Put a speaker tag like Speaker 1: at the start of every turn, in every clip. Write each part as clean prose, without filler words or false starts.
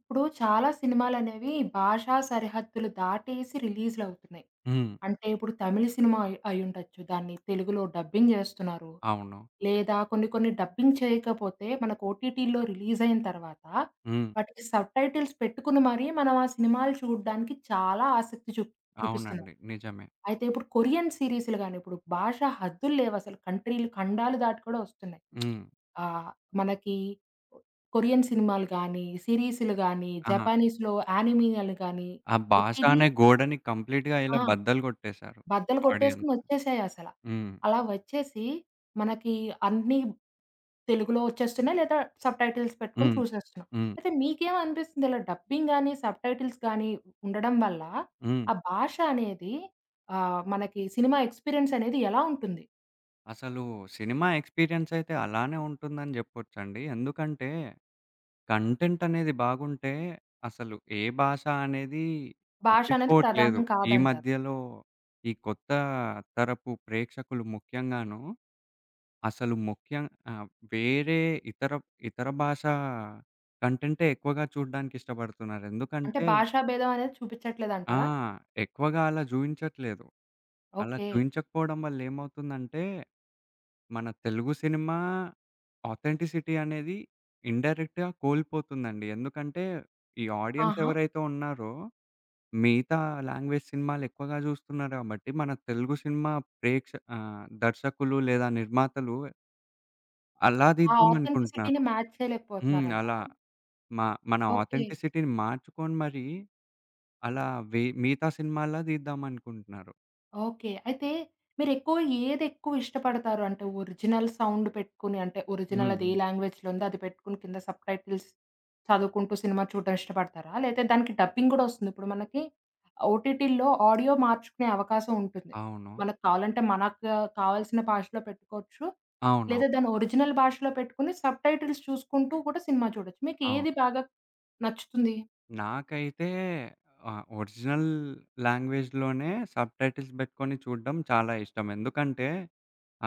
Speaker 1: ఇప్పుడు చాలా సినిమాలనేవి భాషా సరిహద్దులు దాటేసి రిలీజ్‌లవుతున్నాయి.
Speaker 2: హ్మ్.
Speaker 1: అంటే ఇప్పుడు తమిళ్ సినిమా అయ్యుండొచ్చు. దాన్ని తెలుగులో డబ్బింగ్ జేస్తున్నారు.
Speaker 2: అవును.
Speaker 1: లేదా కొన్ని కొన్ని డబ్బింగ్ చేయకపోతే మనకు ఓటీటీలో రిలీజయిన తర్వాత
Speaker 2: హ్మ్.
Speaker 1: వాటికి సబ్‌టైటిల్స్ పెట్టుకుని మరీ మనం ఆ సినిమాలు చూడ్డానికి చాలా ఆసక్తి చూపిస్తున్నాం.
Speaker 2: అవునండి. నిజమే.
Speaker 1: అయితే ఇప్పుడు కొరియన్ సీరీస్‌లు గాని, ఇప్పుడు భాష హద్దులు లేవసలు. కంట్రీలు ఖండాలు దాటి కూడా ఒస్తున్నాయి.
Speaker 2: హ్మ్.
Speaker 1: ఆహ్, మనకి కొరియన్ సినిమాలు గానీ, సీరీస్‌లు గానీ,
Speaker 2: ఆ!
Speaker 1: జపానీస్‌లో యానిమీలు గానీ,
Speaker 2: ఆ భాష
Speaker 1: ప్రతీదీ
Speaker 2: అనే గోడని కంప్లీట్‌గా ఇలా
Speaker 1: ఆ!
Speaker 2: బద్దలు కొట్టేశారు
Speaker 1: బద్దలు
Speaker 2: ఆడియన్స్.
Speaker 1: కొట్టేసుకొనొచ్చేసాయసల.
Speaker 2: హ్మ్.
Speaker 1: అలా వచ్చేసి మనకి అన్నీ తెలుగులో వచ్చేస్తున్నాయి, లేదా సబ్‌టైటిల్స్ పెట్టుకొని
Speaker 2: హ్మ్.
Speaker 1: చూసేస్తున్నాం.
Speaker 2: హ్మ్.
Speaker 1: అయితే మీకేమనిపిస్తుంది ఇలా డబ్బింగ్ గానీ, సబ్‌టైటిల్స్ గానీ ఉండడం వల్ల
Speaker 2: హ్మ్.
Speaker 1: ఆ భాష అనేది, మనకి సినిమా ఎక్స్‌పీరియన్స్ అనేది ఎలా ఉంటుంది?
Speaker 2: అసలు సినిమా ఎక్స్‌పీరియన్స్ అయితే అలానే ఉంటుందని జెప్పొచ్చండి. ఎందుకంటే కంటెంట్ అనేది బాగుంటే అసలు ఏ భాష అనేది
Speaker 1: భాష అనేది
Speaker 2: పట్టించుకోవట్లేదు.
Speaker 1: ప్రధానం
Speaker 2: ఈ
Speaker 1: కాదంటారు.
Speaker 2: మధ్యలో ఈ కొత్త తరపు ప్రేక్షకులు ముఖ్యంగాను అసలు ముఖ్యం ఆహ్, వేరే ఇతర, ఇతర భాష కంటెంటే ఎక్కువగా చూడడానికి ఇష్టపడుతున్నారు.
Speaker 1: అంటే
Speaker 2: ఎందుకంటే
Speaker 1: భాషా భేదం అనేది
Speaker 2: ఆ!
Speaker 1: చూపిచ్చట్లేదంటారా?
Speaker 2: ఎక్కువగా అలా చూయించట్లేదు. అలా
Speaker 1: ఓకే.
Speaker 2: చూయించకపోవడం వల్ల ఏమవుతుందంటే, మన తెలుగు సినిమా ఆథెంటిసిటీ అనేది ఇండైరెక్ట్‌గా కోల్పోతుందండి. ఎందుకంటే, ఈ ఆడియన్స్
Speaker 1: ఆహా!
Speaker 2: ఎవరైతే ఉన్నారో, మిగతా లాంగ్వేజ్ సినిమాలు ఎక్కువగా చూస్తున్నారు కాబట్టి, మన తెలుగు సినిమా దర్శకులు లేదా నిర్మాతలు అలా
Speaker 1: ఆ
Speaker 2: తీద్దాం అనుకుంటున్నారు.
Speaker 1: ఆథెంటిసిటీని మ్యాచ్
Speaker 2: హ్మ్. అలా
Speaker 1: చేయలేకపోతున్నారంటారా?
Speaker 2: మా మన
Speaker 1: ఓకే.
Speaker 2: ఆథెంటిసిటీని మార్చుకొని మరీ అలా మిగతా సినిమాల్లా తీద్దామనుకుంటున్నారు.
Speaker 1: ఓకే. అయితే మీరెక్కువ ఏదెక్కువ ఇష్టపడతారు? అంటే ఒరిజినల్ సౌండ్ పెట్టుకొని, అంటే ఒరిజినల్
Speaker 2: హ్మ్.
Speaker 1: అది ఏ
Speaker 2: హ్మ్.
Speaker 1: లాంగ్వేజ్‌లో ఉందో అది పెట్టుకొని కింద సబ్‌టైటిల్స్ చదువుకుంటూ సినిమా చూడడం ఇష్టపడతారా? లేతే దానికి డబ్బింగ్ గూడా ఒస్తుంది. ఇప్పుడు మనకి ఓటీటీల్లో ఆడియో మార్చుకునే అవకాశం ఉంటుంది.
Speaker 2: అవును.
Speaker 1: మనకు కావాలంటే మనకు కావాల్సిన భాషలో పెట్టుకోవచ్చు.
Speaker 2: అవునవును.
Speaker 1: లేదా దాని ఒరిజినల్ భాషలో పెట్టుకొని సబ్‌టైటిల్స్ చూసుకుంటూ కూడా సినిమా చూడొచ్చు. మీకు
Speaker 2: అవును.
Speaker 1: ఏది బాగా నచ్చుతుంది?
Speaker 2: నాకైతే ఒరిజినల్ లాంగ్వేజ్‌లోనే సబ్‌టైటిల్స్ పెట్టుకొని చూడడం చాలా ఇష్టం. ఎందుకంటే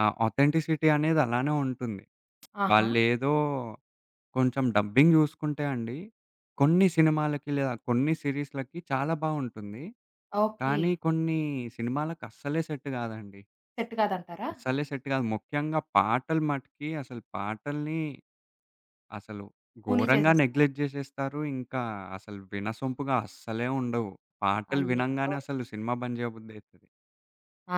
Speaker 2: ఆ ఆథెంటిసిటీ అనేది అలానే ఉంటుంది.
Speaker 1: ఆహా!
Speaker 2: వాళ్ళేదో కొంచెం డబ్బింగ్ చూసుకుంటే అండి, కొన్ని సినిమాలకి లేదా కొన్ని సీరీస్‌లకి చాలా బావుంటుంది.
Speaker 1: ఓకే.
Speaker 2: కానీ కొన్ని సినిమాలకు అస్సలే సెట్ కాదండి.
Speaker 1: సెట్ కాదంటారా?
Speaker 2: అస్సలే సెట్ గాదు. ముఖ్యంగా పాటలు మటికి అసలు పాటల్ని అసలు
Speaker 1: పోనీ
Speaker 2: ఘోరంగా
Speaker 1: చేసేస్తారా?
Speaker 2: నెగ్లెక్ట్ జేసేస్తారు. ఇంకా అసలు వినసొంపుగా అస్సలే ఉండవు. పాటలు
Speaker 1: అయ్యయ్యో!
Speaker 2: వినంగానే అసలు సినిమా బంద్ జేయబుద్దయితది.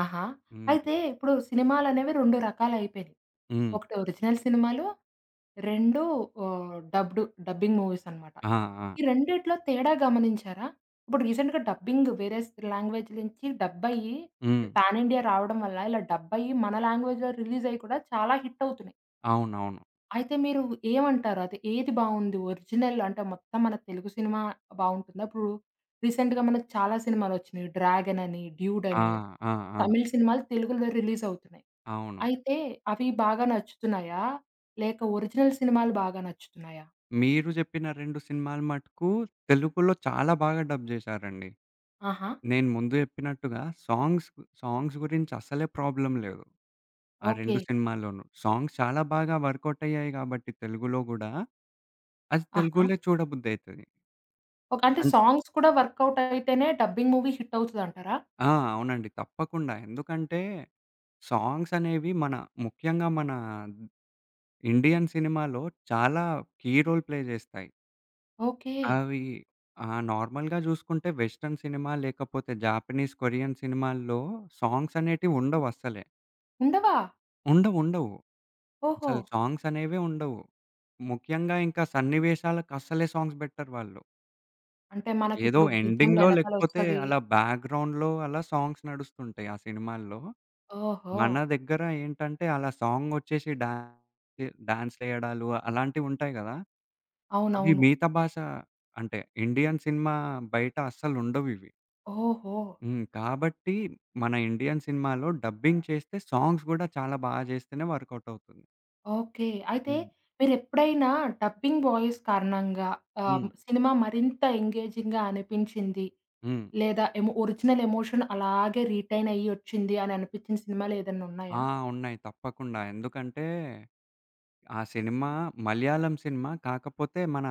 Speaker 1: ఆహా!
Speaker 2: హ్మ్.
Speaker 1: అయితే ఇప్పుడు సినిమాలనేవి 2 రకాలయిపోయినియి.
Speaker 2: హ్మ్.
Speaker 1: ఒకటి ఒరిజినల్ సినిమాలు, 2 డబ్‌డ్ డబ్బింగ్ మూవీస్ అనమాట.
Speaker 2: ఆ! ఆ!
Speaker 1: ఈ రెండిట్లో తేడా గమనించారా? ఇప్పుడు రీసెంట్‌గా డబ్బింగ్ వేరే లాంగ్వేజ్ నుంచి డబ్బయ్యి
Speaker 2: హ్మ్.
Speaker 1: ఇప్పుడు పాన్ ఇండియా రావడం వల్ల ఇలా డబ్బయ్యి మన లాంగ్వేజ్‌లో రిలీజయ్యి కూడా చాలా హిట్ అవుతున్నాయి.
Speaker 2: అవునవును.
Speaker 1: అయితే మీరు ఏమంటారు? అది ఏది బావుంది? ఒరిజినల్ అంటే మొత్తం మన తెలుగు సినిమా బావుంటుందా? ఇప్పుడు రీసెంట్‌గా మనకు చాలా సినిమాలొచ్చినియి. 'డ్రాగన్' అని, 'డ్యూడ్'
Speaker 2: ఆ!
Speaker 1: అని
Speaker 2: ఆ! ఆ!
Speaker 1: తమిళ్ సినిమాలు తెలుగులో రిలీజ్ అవుతున్నాయి.
Speaker 2: అవును.
Speaker 1: అయితే అవి బాగా నచ్చుతున్నాయా? లేక ఒరిజినల్ సినిమాలు బాగా నచ్చుతున్నాయా?
Speaker 2: మీరు జెప్పిన 2 సినిమాలు మటుకు తెలుగులో చాలా బాగా డబ్ జేశారండి.
Speaker 1: ఆహా!
Speaker 2: నేను ముందు జెప్పినట్టుగా సాంగ్స్ గురించి అసలే ప్రాబ్లమ్ లేదు. ఆ
Speaker 1: ఓకే.
Speaker 2: 2 సినిమాల్లోనూ. సాంగ్స్ చాలా బాగా వర్కౌట్ అయ్యాయి గాబట్టి తెలుగులో గూడా, అది
Speaker 1: ఆహా!
Speaker 2: తెలుగులే చూడబుద్దయితది.
Speaker 1: ఒక, అంటే
Speaker 2: అన్
Speaker 1: సాంగ్స్ కూడా వర్కౌట్ అయితేనే డబ్బింగ్ మూవీ హిట్ అవుతదంటారా?
Speaker 2: ఆ! అవునండి. తప్పకుండా. ఎందుకంటే, సాంగ్స్ అనేవి మన ముఖ్యంగా మన ఇండియన్ సినిమాలో చాలా కీ రోల్ ప్లే జేస్తాయి.
Speaker 1: ఓకే.
Speaker 2: అవి నార్మల్‌గా జూసుకుంటే వెస్టర్న్ సినిమా లేకపోతే జాపనీస్, కొరియన్ సినిమాల్లో సాంగ్స్ అనేటివి ఉండవస్సలే.
Speaker 1: ఉండవా?
Speaker 2: ఉండవుండవు
Speaker 1: ఓహో!
Speaker 2: అసలు సాంగ్స్ అనేవే ఉండవు. ముఖ్యంగా ఇంకా సన్నివేశాలకస్సలే సాంగ్స్ బెట్టరు వాళ్ళు.
Speaker 1: అంటే
Speaker 2: ఏదో
Speaker 1: మనకిప్పుడు బిజిఎంల
Speaker 2: ఎండింగ్‌లో లేకపోతే
Speaker 1: ఎనకాలొస్తది.
Speaker 2: అలా బ్యాక్‌గ్రౌండ్‌లో అలా సాంగ్స్ నడుస్తుంటాయి ఆ సినిమాల్లో.
Speaker 1: ఓహో!
Speaker 2: మన దగ్గర ఏంటంటే అలా సాంగొచ్చేసి డాన్స్ డాన్స్‌లేయడాలు అలాంటివుంటాయి గదా! అవి
Speaker 1: అవునవును.
Speaker 2: మిగతా భాష అంటే ఇండియన్ సినిమా బయట అస్సలుండవివి.
Speaker 1: ఓహో!
Speaker 2: హ్మ్. కాబట్టి మన ఇండియన్ సినిమాలో డబ్బింగ్ చేస్తే సాంగ్స్ గూడా చాలా బా జేస్తేనే వర్కౌట్ అవుతుంది.
Speaker 1: ఓకే. అయితే
Speaker 2: హ్మ్.
Speaker 1: మీరెప్పుడైనా డబ్బింగ్ వాయిస్ కారణంగా,
Speaker 2: హ్మ్.
Speaker 1: సినిమా మరింత ఎంగేజింగ్‌గా అనిపించింది.
Speaker 2: హ్మ్.
Speaker 1: లేదా ఒరిజినల్ ఎమోషన్ అలాగే రిటైన్ అయ్యి ఒచ్చింది అని అనిపించిన
Speaker 2: ఆ!
Speaker 1: సినిమాలేదన్నున్నాయా?
Speaker 2: ఉన్నాయి తప్పకుండా. ఎందుకంటే ఆ సినిమా మలయాళం సినిమా. కాకపోతే మన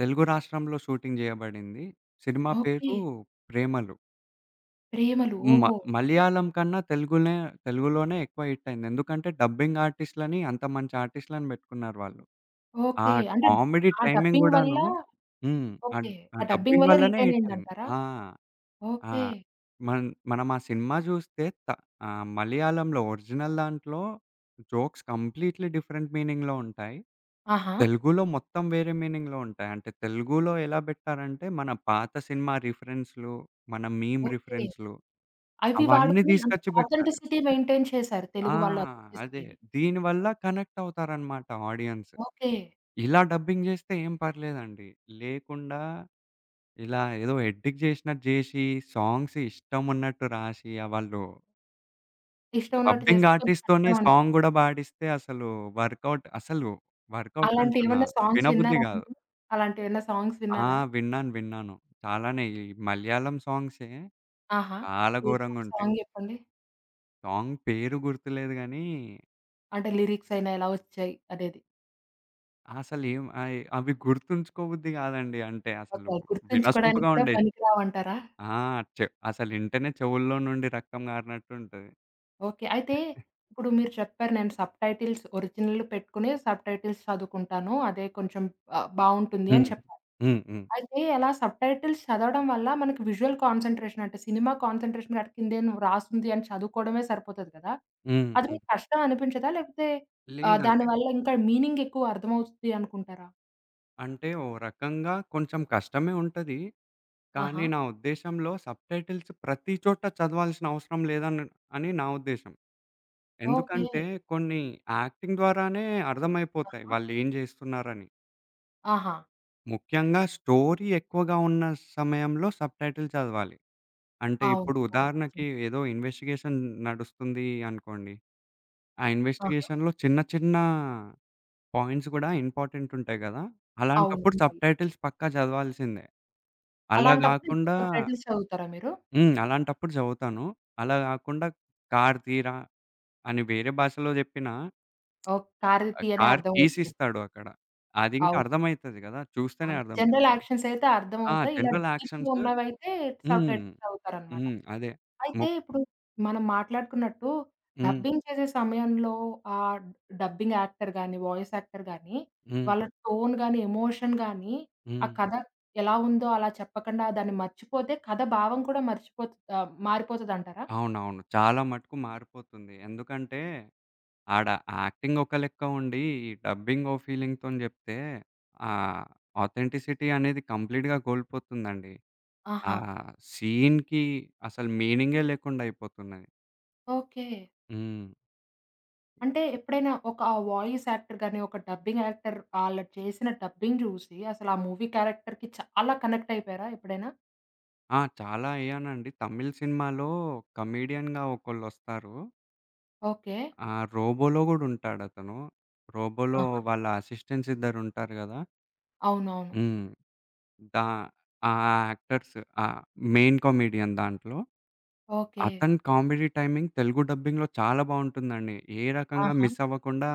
Speaker 2: తెలుగు రాష్ట్రంలో షూటింగ్ జేయబడింది. Cinema
Speaker 1: okay.
Speaker 2: పేరు 'ప్రేమలు.'
Speaker 1: 'ప్రేమలు.'
Speaker 2: హ్మ్.
Speaker 1: ఓహో!
Speaker 2: మలయాళం కన్నా తెలుగునే తెలుగులోనే ఎక్కువ హిట్ అయింది. ఎందుకంటే డబ్బింగ్ ఆర్టిస్ట్‌లని అంత మంచి ఆర్టిస్ట్‌లని బెట్టుకున్నారు వాళ్ళు. ఆ
Speaker 1: ఓకే. అంటే
Speaker 2: కామెడీ
Speaker 1: ఆ
Speaker 2: టైమింగ్
Speaker 1: డబ్బింగ్ వల్ల
Speaker 2: గూడాను హ్మ్. ఆ
Speaker 1: ఓకే.
Speaker 2: ఆ
Speaker 1: ఆ డబ్బింగ్
Speaker 2: డబ్బింగ్
Speaker 1: వల్ల
Speaker 2: వల్లనే
Speaker 1: రిటైన్
Speaker 2: హిట్ అయింది.
Speaker 1: అయిందంటారా?
Speaker 2: ఆ! ఆ!
Speaker 1: ఓకే.
Speaker 2: మన్ మనం ఆ సినిమా జూస్తే, మలయాళంలో ఒరిజినల్ దాంట్లో జోక్స్ కంప్లీట్‌లీ డిఫరెంట్ మీనింగ్‌లో ఉంటాయి.
Speaker 1: ఆహా!
Speaker 2: తెలుగులో మొత్తం వేరే మీనింగ్‌లో ఉంటాయి. అంటే తెలుగులో ఎలా బెట్టారంటే, మన పాత సినిమా రిఫరెన్స్‌లు, మన మీమ్
Speaker 1: ఓకే.
Speaker 2: రిఫరెన్స్‌లు
Speaker 1: అవి
Speaker 2: అవన్నీ
Speaker 1: వాడుకొని అంటే
Speaker 2: తీసుకొచ్చి బెట్టారు.
Speaker 1: ఆథెంటిసిటీ మెయింటైన్ చేశారు
Speaker 2: ఆ!
Speaker 1: తెలుగు వాళ్ళ
Speaker 2: అదే.
Speaker 1: ఆథెంటిసిటీని.
Speaker 2: దీనివల్ల కనెక్ట్ అవుతారనమాట ఆడియన్స్.
Speaker 1: ఓకే.
Speaker 2: ఇలా డబ్బింగ్ జేస్తే ఏం పర్లేదండి. లేకుండా ఇలా ఏదో ఎడ్డికి జేసినట్టు జేసి, సాంగ్స్ ఇష్టమున్నట్టు రాసి, ఆ వాళ్ళు
Speaker 1: ఇష్టం ఉన్నట్టు
Speaker 2: డబ్బింగ్
Speaker 1: చేస్తే కొంచెం
Speaker 2: ఆర్టిస్ట్‌తోనే
Speaker 1: కష్టం
Speaker 2: సాంగ్
Speaker 1: అనిపిస్తది.
Speaker 2: గూడా పాడిస్తే అసలు వర్కౌట్ అసలు వర్కౌట్ అంటున్నా,
Speaker 1: అలాంటేమన్నా సాంగ్స్
Speaker 2: వినబుద్ధి
Speaker 1: విన్నారా
Speaker 2: గాదు.
Speaker 1: మీరు? అలాంటివేమన్నా సాంగ్స్
Speaker 2: ఆ!
Speaker 1: విన్నారా?
Speaker 2: విన్నాను. చాలానే ఈ మలయాళం సాంగ్సే
Speaker 1: ఆహా!
Speaker 2: చాలా
Speaker 1: ఏదో ఒక
Speaker 2: ఘోరంగుంటాయి.
Speaker 1: సాంగ్ జెప్పండి.
Speaker 2: సాంగ్ పేరు గుర్తులేదు గానీ,
Speaker 1: అంటే లిరిక్స్ అయినా ఎలా ఒచ్చాయి అనేది.
Speaker 2: అసలేం అయి అవి గుర్తుంచుకోబుద్ధి గాదండి. అంటే అసలు
Speaker 1: ఓకే. గుర్తుంచుకోవడానికి
Speaker 2: వినసొంపుగా
Speaker 1: కూడా
Speaker 2: ఉండేది.
Speaker 1: పనికిరావంటారా?
Speaker 2: ఆ! అసలింటనే చెవుల్లో నుండి రక్తం గారినట్టుంటది.
Speaker 1: ఓకే. అయితే ఇప్పుడు మీరు చెప్పారు నేను సబ్‌టైటిల్స్ ఒరిజినల్ పెట్టుకొని సబ్‌టైటిల్స్ చదువుకుంటాను. అదే కొంచెం బావుంటుంది
Speaker 2: హ్మ్.
Speaker 1: అని చెప్పారు.
Speaker 2: హ్మ్. హ్మ్.
Speaker 1: అయితే అలా సబ్‌టైటిల్స్ చదవడం వల్ల మనకి విజువల్ కాన్సంట్రేషన్, అంటే సినిమా కాన్సంట్రేషన్ అటు కిందేనో రాసుంది అని చదువుకోవడమే సరిపోతది కదా!
Speaker 2: హ్మ్.
Speaker 1: అది
Speaker 2: హ్మ్.
Speaker 1: మీకు కష్టం అనిపించదా? లేకపోతే
Speaker 2: లేదండి.
Speaker 1: దానివల్ల ఇంకా మీనింగ్ ఎక్కువ అర్థమవుతుంది అనుకుంటారా?
Speaker 2: అంటే ఓ రకంగా కొంచెం కష్టమే ఉంటది. కానీ
Speaker 1: ఆహా!
Speaker 2: నా ఉద్దేశంలో సబ్‌టైటిల్స్ ప్రతి చోట చదవాల్సిన అవసరం లేదని అని నా ఉద్దేశం.
Speaker 1: ఓకే.
Speaker 2: ఎందుకంటే కొన్ని యాక్టింగ్ ద్వారానే అర్థమైపోతాయి
Speaker 1: ఆహా!
Speaker 2: వాళ్ళేం జేస్తున్నారని.
Speaker 1: ఆహా!
Speaker 2: ముఖ్యంగా స్టోరీ ఎక్కువగా ఉన్న సమయంలో సబ్‌టైటిల్ చదవాలి. అంటే
Speaker 1: అవును.
Speaker 2: ఇప్పుడు
Speaker 1: అవును. నిజమే.
Speaker 2: ఉదాహరణకి ఏదో ఇన్వెస్టిగేషన్ నడుస్తుంది అనుకోండి. ఆ
Speaker 1: ఆహా!
Speaker 2: ఇన్వెస్టిగేషన్‌లో చిన్న చిన్న పాయింట్స్ గూడా ఇంపార్టెంట్ ఉంటాయి గదా!
Speaker 1: అవును.
Speaker 2: అలాంటప్పుడు
Speaker 1: ఉంటాయి.
Speaker 2: సబ్‌టైటిల్స్ పక్కా చదవాల్సిందే. అలా
Speaker 1: అలాంటప్పుడు ఎక్కువ
Speaker 2: గాకుండా
Speaker 1: సబ్‌టైటిల్స్ చదువుతారా మీరు?
Speaker 2: హ్మ్. అలాంటప్పుడు చదువుతాను. అలా గాకుండా 'కార్ తీరా' అని వేరే భాషలో జెప్పినా
Speaker 1: ఓహ్! కారు
Speaker 2: ఆ
Speaker 1: తీయనే
Speaker 2: కారు కీస్
Speaker 1: అర్థమవుతది.
Speaker 2: ఇస్తాడు అక్కడ. అదింకా
Speaker 1: అవును.
Speaker 2: అర్థమైతది గదా! చూస్తేనే
Speaker 1: అవును.
Speaker 2: అర్థమైతది.
Speaker 1: జనరల్ యాక్షన్స్ అయితే
Speaker 2: ఆ!
Speaker 1: అర్థమవుతాయి. ఇలా
Speaker 2: జనరల్
Speaker 1: డీప్‌గా
Speaker 2: యాక్షన్స్
Speaker 1: ఉన్నవైతే
Speaker 2: హ్మ్.
Speaker 1: సబ్‌టైటిల్స్ చదువుతారనమాట.
Speaker 2: హ్మ్. అదే.
Speaker 1: అయితే
Speaker 2: ముక్
Speaker 1: ఇప్పుడు మనం మాట్లాడుకున్నట్టు
Speaker 2: హ్మ్.
Speaker 1: డబ్బింగ్ చేసే సమయంలో ఆ డబ్బింగ్ యాక్టర్ గాని, వాయిస్ యాక్టర్ గాని,
Speaker 2: హ్మ్.
Speaker 1: వాళ్ళ టోన్ గాని, ఎమోషన్ గాని, ఆ
Speaker 2: హ్మ్.
Speaker 1: కథ ఎలా ఉందో అలా చెప్పకుండా దాన్ని మర్చిపోతే కథ భావం కూడా మారిపోతదంటారా?
Speaker 2: అవునవును. చాలా మటుకు మారిపోతుంది. ఎందుకంటే, ఆడ యాక్టింగ్ ఒక లెక్క ఉండి, ఈ డబ్బింగ్ ఓ ఫీలింగ్‌తోని జెప్తే, ఆహ్, ఆథెంటిసిటీ అనేది కంప్లీట్‌గా కోల్పోతుందండి. ఆ
Speaker 1: ఆహా!
Speaker 2: సీన్‌కి అసలు మీనింగే లేకుండా అయిపోతున్నది.
Speaker 1: ఓకే.
Speaker 2: హ్మ్.
Speaker 1: అంటే ఎప్పుడైనా ఒక ఆ వాయిస్ యాక్టర్ గాని, ఒక డబ్బింగ్ యాక్టర్ ఆళ్ళు చేసిన డబ్బింగ్ చూసి అసలు ఆ మూవీ క్యారెక్టర్‌కి చాలా కనెక్ట్ అయిపోయారా ఎప్పుడైనా?
Speaker 2: ఆ! చాలా అయ్యానండి. తమిళ్ సినిమాలో కమెడియన్‌గా ఒకళ్ళొస్తారు.
Speaker 1: ఓకే.
Speaker 2: ఆ! 'రోబో'లో గూడుంటాడతను. 'రోబో'లో
Speaker 1: ఆహా!
Speaker 2: వాళ్ళ అసిస్టెంట్స్ ఇద్దరుంటారు గదా!
Speaker 1: అవునవును.
Speaker 2: హ్మ్. దా ఆ యాక్టర్స్ ఆ మెయిన్ కామెడియన్ దాంట్లో.
Speaker 1: ఓకే.
Speaker 2: అతని కామెడీ టైమింగ్ తెలుగు డబ్బింగ్‌లో చాలా బావుంటుందండి. ఏ రకంగా
Speaker 1: ఆహా!
Speaker 2: మిస్ అవ్వకుండా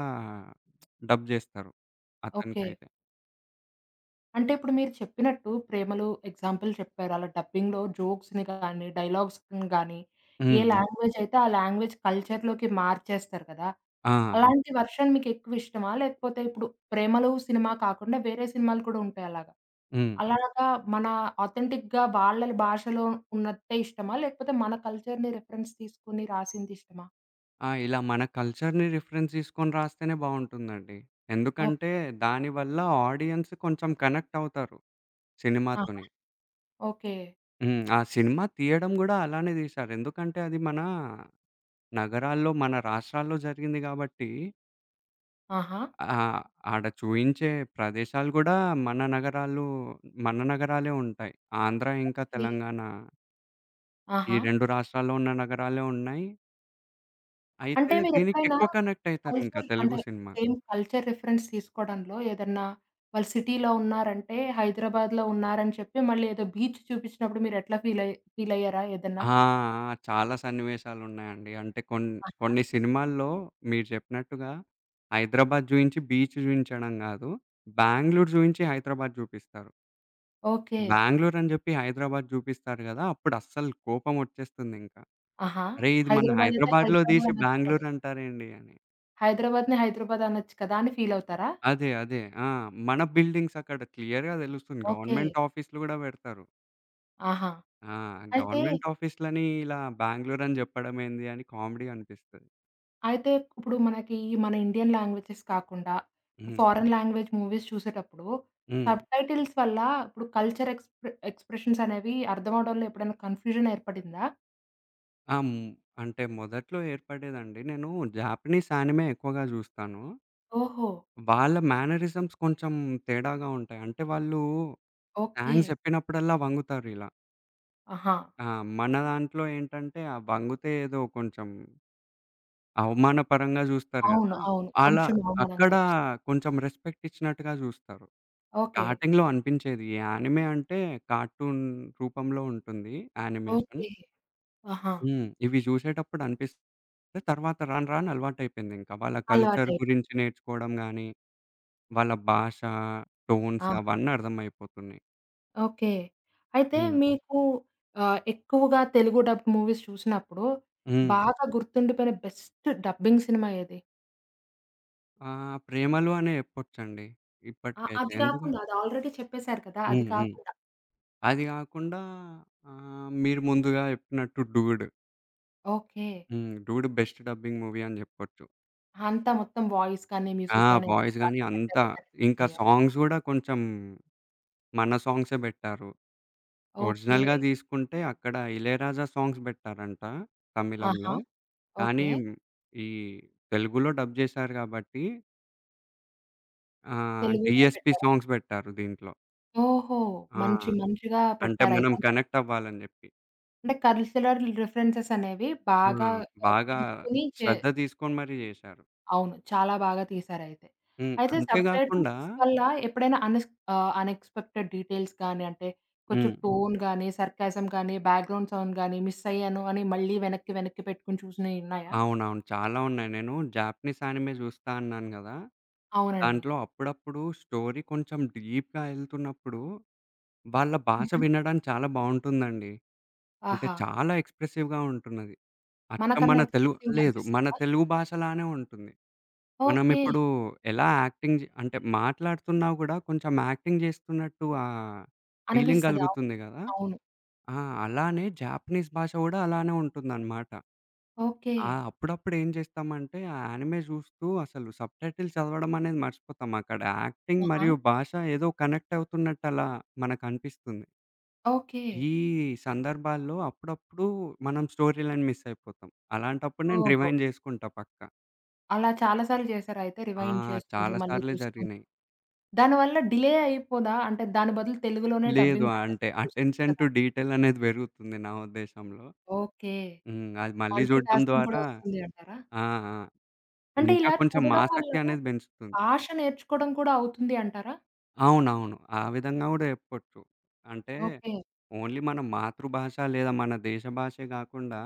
Speaker 2: డబ్ జేస్తారు
Speaker 1: ఓకే.
Speaker 2: అతనికైతే.
Speaker 1: అంటే ఇప్పుడు మీరు చెప్పినట్టు 'ప్రేమలో' ఎగ్జాంపుల్ చెప్పారు. అలా డబ్బింగ్‌లో జోక్స్‌ని గానీ, డైలాగ్స్‌ని గానీ, ఏ
Speaker 2: హ్మ్.
Speaker 1: హ్మ్.
Speaker 2: హ్మ్.
Speaker 1: లాంగ్వేజ్ అయితే ఆ లాంగ్వేజ్ కల్చర్‌లోకి మార్చేస్తారు కదా!
Speaker 2: ఆ! ఆ!
Speaker 1: అలాంటి వర్షన్ మీకెక్కువ ఇష్టమా? లేకపోతే ఇప్పుడు 'ప్రేమలో' సినిమా కాకుండా వేరే సినిమాలు కూడా ఉంటాయి అలాగా.
Speaker 2: హ్మ్.
Speaker 1: అలాగా మన ఆథెంటిక్‌గా వాళ్ళ భాషలో ఉన్నట్టే ఇష్టమా? లేకపోతే మన కల్చర్‌ని రిఫరెన్స్ తీసుకొని రాసింది ఇష్టమా?
Speaker 2: ఆ! ఇలా మన కల్చర్‌ని రిఫరెన్స్ తీసుకొని రాస్తేనే బావుంటుందండి. ఎందుకంటే
Speaker 1: ఓకే.
Speaker 2: దానివల్ల ఆడియన్స్ కొంచెం కనెక్ట్ అవుతారు
Speaker 1: ఆహా!
Speaker 2: సినిమాతోని.
Speaker 1: ఓకే.
Speaker 2: హ్మ్. ఆ సినిమా తీయడం గూడా అలానే తీశారు. ఎందుకంటే అది మన నగరాల్లో, మన రాష్ట్రాల్లో జరిగింది గాబట్టి
Speaker 1: ఆహా!
Speaker 2: ఆహ్, ఆడ చూయించే ప్రదేశాలు గూడా మన నగరాలు మన నగరాలే ఉంటాయి. ఆంధ్ర ఇంకా
Speaker 1: ఓకే.
Speaker 2: తెలంగాణ ఈ
Speaker 1: ఆహా!
Speaker 2: 2 రాష్ట్రాల్లో ఉన్న నగరాలే ఉన్నాయి. అయితే
Speaker 1: అంటే
Speaker 2: దీనికి
Speaker 1: మీరెప్పుడైనా
Speaker 2: ఎక్కువ కనెక్ట్ అయితారింకా
Speaker 1: కల్చర్ అంటే
Speaker 2: Telugu cinema.
Speaker 1: Same culture reference తీసుకోవడంలో ఏదన్నా వాళ్ళు సిటీలో ఉన్నారంటే, హైదరాబాద్‌లో ఉన్నారని చెప్పి మళ్ళీ ఏదో బీచ్ చూపించినప్పుడు మీరెట్లా ఫీల్ అయ్యారా ఏదన్నా?
Speaker 2: ఆ! ఆ! చాలా సన్నివేశాలున్నాయండి. అంటే కొన్
Speaker 1: ఆహా!
Speaker 2: కొన్ని సినిమాల్లో మీరు చెప్పినట్టుగా 'హైదరాబాద్' జూయించి బీచ్ జూయించడం గాదు. బెంగుళూరు జూయించి 'హైదరాబాద్' జూపిస్తారు.
Speaker 1: ఓకే.
Speaker 2: బెంగుళూరు అని జెప్పి 'హైదరాబాద్' జూపిస్తారు గదా! అప్పుడు అస్సలు కోపమొచ్చేస్తుందింకా.
Speaker 1: ఆహా!
Speaker 2: అరేయ్! ఇది మన
Speaker 1: హైదరాబాద్ అయితే
Speaker 2: 'హైదరాబాద్‌లో'
Speaker 1: హైదరాబాద్
Speaker 2: దీసి
Speaker 1: అనొచ్చు కదా!
Speaker 2: 'బెంగుళూరు' అంటారేంటి అని.
Speaker 1: హైదరాబాద్‌ని హైదరాబాద్ అనొచ్చు కదా అని ఫీల్ అవుతారా?
Speaker 2: అదే. ఆ! మన బిల్డింగ్స్ అక్కడ క్లియర్‌గా దెలుస్తుంది.
Speaker 1: ఓకే.
Speaker 2: గవర్నమెంట్ ఆఫీస్‌లు గూడా బెడతారు.
Speaker 1: ఆహా!
Speaker 2: ఆ!
Speaker 1: అయితే
Speaker 2: గవర్నమెంట్ ఆఫీస్‌లని ఇలా 'బెంగుళూరు' అని జెప్పడమేంది అని కామెడీ అనిపిస్తది.
Speaker 1: అయితే ఇప్పుడు మనకి మన ఇండియన్ లాంగ్వేజెస్ కాకుండా,
Speaker 2: హ్మ్.
Speaker 1: ఫారెన్ లాంగ్వేజ్ మూవీస్ చూసేటప్పుడు
Speaker 2: హ్మ్.
Speaker 1: సబ్‌టైటిల్స్ వల్ల ఇప్పుడు కల్చర్, ఎక్స్‌ప్రెషన్స్ అనేవి అర్థం అవ్వడంలో ఎప్పుడైనా కన్‌ఫ్యూజన్ ఏర్పడిందా?
Speaker 2: ఆ! హ్మ్. అంటే మొదట్లో ఏర్పడేదండి. నేను జాపనీస్ యానిమే ఎక్కువగా జూస్తాను.
Speaker 1: ఓహో!
Speaker 2: వాళ్ళ మేనరిజమ్స్ కొంచెం తేడాగా ఉంటాయి. అంటే వాళ్ళు
Speaker 1: ఓకే.
Speaker 2: థాంక్స్ జెప్పినప్పుడల్లా వంగుతారిలా.
Speaker 1: ఆహా!
Speaker 2: ఆ! మన దాంట్లో ఏంటంటే, ఆ వంగితే ఏదో కొంచెం అవమానపరంగా జూస్తారు గదా!
Speaker 1: అవును. అవును.
Speaker 2: అలా
Speaker 1: కొంచెం అవమానంగా
Speaker 2: అక్కడ
Speaker 1: చూస్తారు.
Speaker 2: కొంచెం రెస్పెక్ట్ ఇచ్చినట్టుగా జూస్తారు.
Speaker 1: ఓకే.
Speaker 2: స్టార్టింగ్‌లో అనిపించేది. ఈ యానిమే అంటే కార్టూన్ రూపంలో ఉంటుంది యానిమేషన్.
Speaker 1: ఓకే. ఆహా!
Speaker 2: హ్మ్. ఇవి జూసేటప్పుడు అనిపిస్తే తర్వాత రాను రాను అలవాటయిపోయిందింక. వాళ్ళ కల్చర్
Speaker 1: అలవాటైపోయింది.
Speaker 2: గురించి నేర్చుకోవడం గానీ, వాళ్ళ భాష, టోన్స్
Speaker 1: ఆహా!
Speaker 2: అవన్నీ అర్థమైపోతున్నాయి.
Speaker 1: ఓకే. అయితే
Speaker 2: హ్మ్.
Speaker 1: మీకు ఎక్కువగా తెలుగు డబ్ మూవీస్ చూసినప్పుడు
Speaker 2: హ్మ్.
Speaker 1: బాగా గుర్తుండిపోయిన బెస్ట్ డబ్బింగ్ సినిమా ఏది?
Speaker 2: ప్రేమలు అనే చెప్పొచ్చండి
Speaker 1: ఆ!
Speaker 2: ఇప్పటికైతే.
Speaker 1: అది గాకుండా, అది ఆల్రెడీ చెప్పేసారు కదా! అది
Speaker 2: హ్మ్. హ్మ్.
Speaker 1: కాకుండా.
Speaker 2: అది గాకుండా మీరు ముందుగా చెప్పినట్టు 'డూడ్'
Speaker 1: ఓకే.
Speaker 2: హ్మ్. 'డూడ్' బెస్ట్ డబ్బింగ్ మూవీ అని జెప్పొచ్చు.
Speaker 1: అంతా మొత్తం వాయిస్ కానీ,
Speaker 2: ఆ!
Speaker 1: మ్యూజిక్ గాని అన్నీ
Speaker 2: వాయిస్ గాని
Speaker 1: బాగా సెట్
Speaker 2: అంతా.
Speaker 1: అవ్వడానికి
Speaker 2: ఇంకా
Speaker 1: అనిపించినయా?
Speaker 2: సాంగ్స్ గూడా కొంచెం మన సాంగ్సే బెట్టారు.
Speaker 1: ఓకే.
Speaker 2: ఒరిజినల్‌గా తీసుకుంటే అక్కడ 'ఇళయరాజా' సాంగ్స్ బెట్టారంట
Speaker 1: ఆహా!
Speaker 2: తమిళంలో. కానీ
Speaker 1: ఓకే.
Speaker 2: ఈ తెలుగులో డబ్ జేశారు గాబట్టి
Speaker 1: తెలుగులో
Speaker 2: డీఎస్‌పీ
Speaker 1: పెట్టారా?
Speaker 2: సాంగ్స్ బెట్టారు దీంట్లో.
Speaker 1: ఓహో!
Speaker 2: ఆ!
Speaker 1: మంచి మంచిగా
Speaker 2: అంటే
Speaker 1: పెట్టారయితే.
Speaker 2: మనం
Speaker 1: అంటే,
Speaker 2: కనెక్ట్ అవ్వాలని జెప్పి.
Speaker 1: అంటే కల్చరల్ రిఫరెన్సెస్ అనేవి
Speaker 2: ఆ!
Speaker 1: బాగా,
Speaker 2: బాగా
Speaker 1: తీసుకొని
Speaker 2: శ్రద్ధ తీసుకొని మరీ జేశారు.
Speaker 1: అవును. చాలా బాగా తీశారయితే.
Speaker 2: హ్మ్.
Speaker 1: అయితే
Speaker 2: అంతే గాకుండా
Speaker 1: సబ్‌టైటిల్స్ వల్ల ఎప్పుడైనా అనెక్స్‌పెక్టెడ్ డీటెయిల్స్ గాని, అంటే కొంచెం
Speaker 2: హ్మ్.
Speaker 1: టోన్ గాని, సర్కాజం గాని, బ్యాక్‌గ్రౌండ్ సౌండ్ గాని మిస్ అయ్యాను అని మళ్ళీ వెనక్కి, వెనక్కి పెట్టుకొని చూసినయి ఉన్నాయా?
Speaker 2: అవునవును. చాలా ఉన్నాయి. నేను జాపనీస్ యానిమే జూస్తా అన్నాను గదా!
Speaker 1: అవునండి.
Speaker 2: దాంట్లో అప్పుడప్పుడు స్టోరీ కొంచెం డీప్‌గా ఎళ్తున్నప్పుడు వాళ్ళ భాష
Speaker 1: హుహు.
Speaker 2: వినడానికి చాలా బావుంటుందండి. అంటే
Speaker 1: ఆహా!
Speaker 2: చాలా ఎక్స్‌ప్రెసివ్‌గా ఉంటున్నది. అచ్చం
Speaker 1: మనకన్నా
Speaker 2: మన తెలుగు
Speaker 1: ఎక్స్‌ప్రెసివ్‌గా
Speaker 2: లేదు. మన
Speaker 1: అనిపిస్తుందా?
Speaker 2: తెలుగు భాషలానే ఉంటుంది.
Speaker 1: ఓకే.
Speaker 2: మనమిప్పుడు ఎలా యాక్టింగ్ జే అంటే మాట్లాడుతున్నా గూడా కొంచెం యాక్టింగ్ జేస్తున్నట్టు ఫీలింగ్
Speaker 1: అనిపిస్తది. అవును.
Speaker 2: గలుగుతుంది గదా!
Speaker 1: అవును.
Speaker 2: ఆ! అలానే జాపనీస్ భాష గూడా అలానే ఉంటుందనమాట.
Speaker 1: ఓకే.
Speaker 2: ఆ! అప్పుడప్పుడు ఏం జేస్తామంటే ఆ యానిమే జూస్తూ అసలు సబ్‌టైటిల్ చదవడం అనేది మర్చిపోతాం. అక్కడ యాక్టింగ్
Speaker 1: ఆహా!
Speaker 2: మరియు భాష ఏదో కనెక్ట్ అవుతున్నట్టు అలా మనకనిపిస్తుంది.
Speaker 1: ఓకే.
Speaker 2: ఈ సందర్భాల్లో అప్పుడప్పుడు మనం స్టోరీ లైన్ మిస్ అయిపోతాం. అలాంటప్పుడు నేను
Speaker 1: ఓహో!
Speaker 2: రివైండ్ జేసుకుంటా పక్కా.
Speaker 1: అలా చాలా సార్లు చేశారా అయితే
Speaker 2: ఆ!
Speaker 1: రివైండ్ చేసుకుంటే
Speaker 2: చాలా
Speaker 1: మళ్ళీ
Speaker 2: సార్లే
Speaker 1: చూసుకుంటూ?
Speaker 2: జరిగినాయి.
Speaker 1: దానివల్ల డిలే అయిపోదా? అంటే దాని బదులు తెలుగులోనే
Speaker 2: లేదు
Speaker 1: డబ్బింగ్
Speaker 2: అంటే
Speaker 1: పెట్టేస్తే చూసేయొచ్చు
Speaker 2: అటెన్షన్
Speaker 1: కదా!
Speaker 2: టు డీటెయిల్ అనేది పెరుగుతుంది నా ఉద్దేశంలో.
Speaker 1: ఓకే.
Speaker 2: హ్మ్. అది మళ్ళీ
Speaker 1: మల్టీ
Speaker 2: జూడడం
Speaker 1: టాస్కింగ్ కూడా
Speaker 2: ద్వారా
Speaker 1: వస్తుంది అంటారా?
Speaker 2: ఆ! ఆ!
Speaker 1: అంటే
Speaker 2: ఇంకా
Speaker 1: ఇలా
Speaker 2: కొంచెం
Speaker 1: చూడడం వల్ల
Speaker 2: ఆసక్తి అనేది బెంచుతుంది.
Speaker 1: భాష నేర్చుకోవడం కూడా అవుతుంది అంటారా?
Speaker 2: అవునవును. ఆ విధంగా గూడా చెప్పొచ్చు. అంటే
Speaker 1: ఓకే.
Speaker 2: ఓన్లీ మన మాతృభాష లేదా మన దేశ భాషే గాకుండా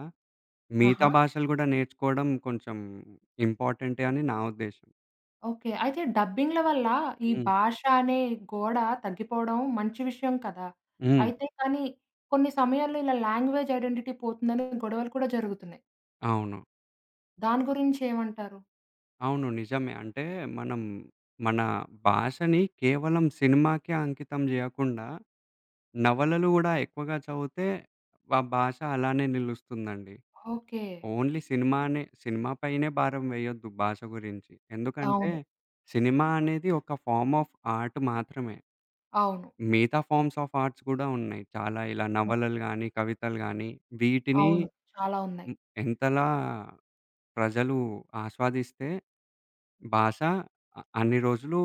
Speaker 2: మిగతా
Speaker 1: ఆహా!
Speaker 2: భాషలు గూడా నేర్చుకోవడం కొంచెం ఇంపార్టెంటే అని నా ఉద్దేశం.
Speaker 1: ఓకే. అయితే డబ్బింగ్‌ల వల్ల ఈ
Speaker 2: హ్మ్.
Speaker 1: భాష అనే గోడ తగ్గిపోవడం మంచి విషయం కదా!
Speaker 2: హ్మ్.
Speaker 1: అయితే కానీ కొన్ని సమయాల్లో ఇలా లాంగ్వేజ్ ఐడెంటిటీ పోతుందని గొడవలు కూడా జరుగుతున్నాయి.
Speaker 2: అవును.
Speaker 1: దాని గురించి ఏమంటారు?
Speaker 2: అవును. నిజమే. అంటే మనం మన భాషని కేవలం సినిమాకే అంకితం జేయకుండా, నవలలు గూడా ఎక్కువగా చదివితే ఆ భాష అలానే నిలుస్తుందండి.
Speaker 1: ఓకే.
Speaker 2: ఓన్లీ సినిమానే సినిమా పైనే భారం వేయొద్దు భాష గురించి. ఎందుకంటే,
Speaker 1: అవును.
Speaker 2: సినిమా అనేది ఒక ఫార్మ్ ఆఫ్ ఆర్ట్ మాత్రమే.
Speaker 1: అవును.
Speaker 2: మిగతా ఫార్మ్స్ ఆఫ్ ఆర్ట్స్ గూడా ఉన్నాయి. చాలా ఇలా
Speaker 1: ఓహ్!
Speaker 2: నవలలు గానీ, కవితలు గానీ వీటిని
Speaker 1: అవును. చాలా ఉన్నాయి.
Speaker 2: హ్మ్. ఎంతలా ప్రజలు ఆస్వాదిస్తే భాష అన్ని రోజులు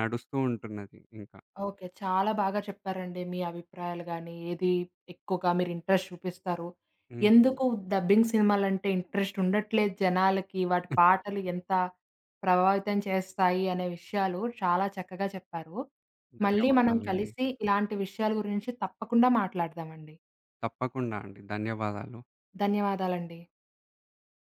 Speaker 2: నడుస్తూ ఉంటున్నది ఇంకా.
Speaker 1: ఓకే. చాలా బాగా చెప్పారండి. మీ అభిప్రాయాలు గాని, ఏది ఎక్కువగా మీరు ఇంట్రెస్ట్ చూపిస్తారు.
Speaker 2: హ్మ్.
Speaker 1: ఎందుకు డబ్బింగ్ సినిమాలంటే ఇంట్రెస్ట్ ఉండట్లేదు జనాలకి, వాటి పాటలు ఎంత ప్రభావితం చేస్తాయి అనే విషయాలు చాలా చక్కగా చెప్పారు. మళ్ళీ మనం
Speaker 2: ధన్యవాదాలండి.
Speaker 1: కలిసి ఇలాంటి విషయాల గురించి తప్పకుండా మాట్లాడదామండి.
Speaker 2: తప్పకుండా అండి. ధన్యవాదాలు.
Speaker 1: ధన్యవాదాలండి.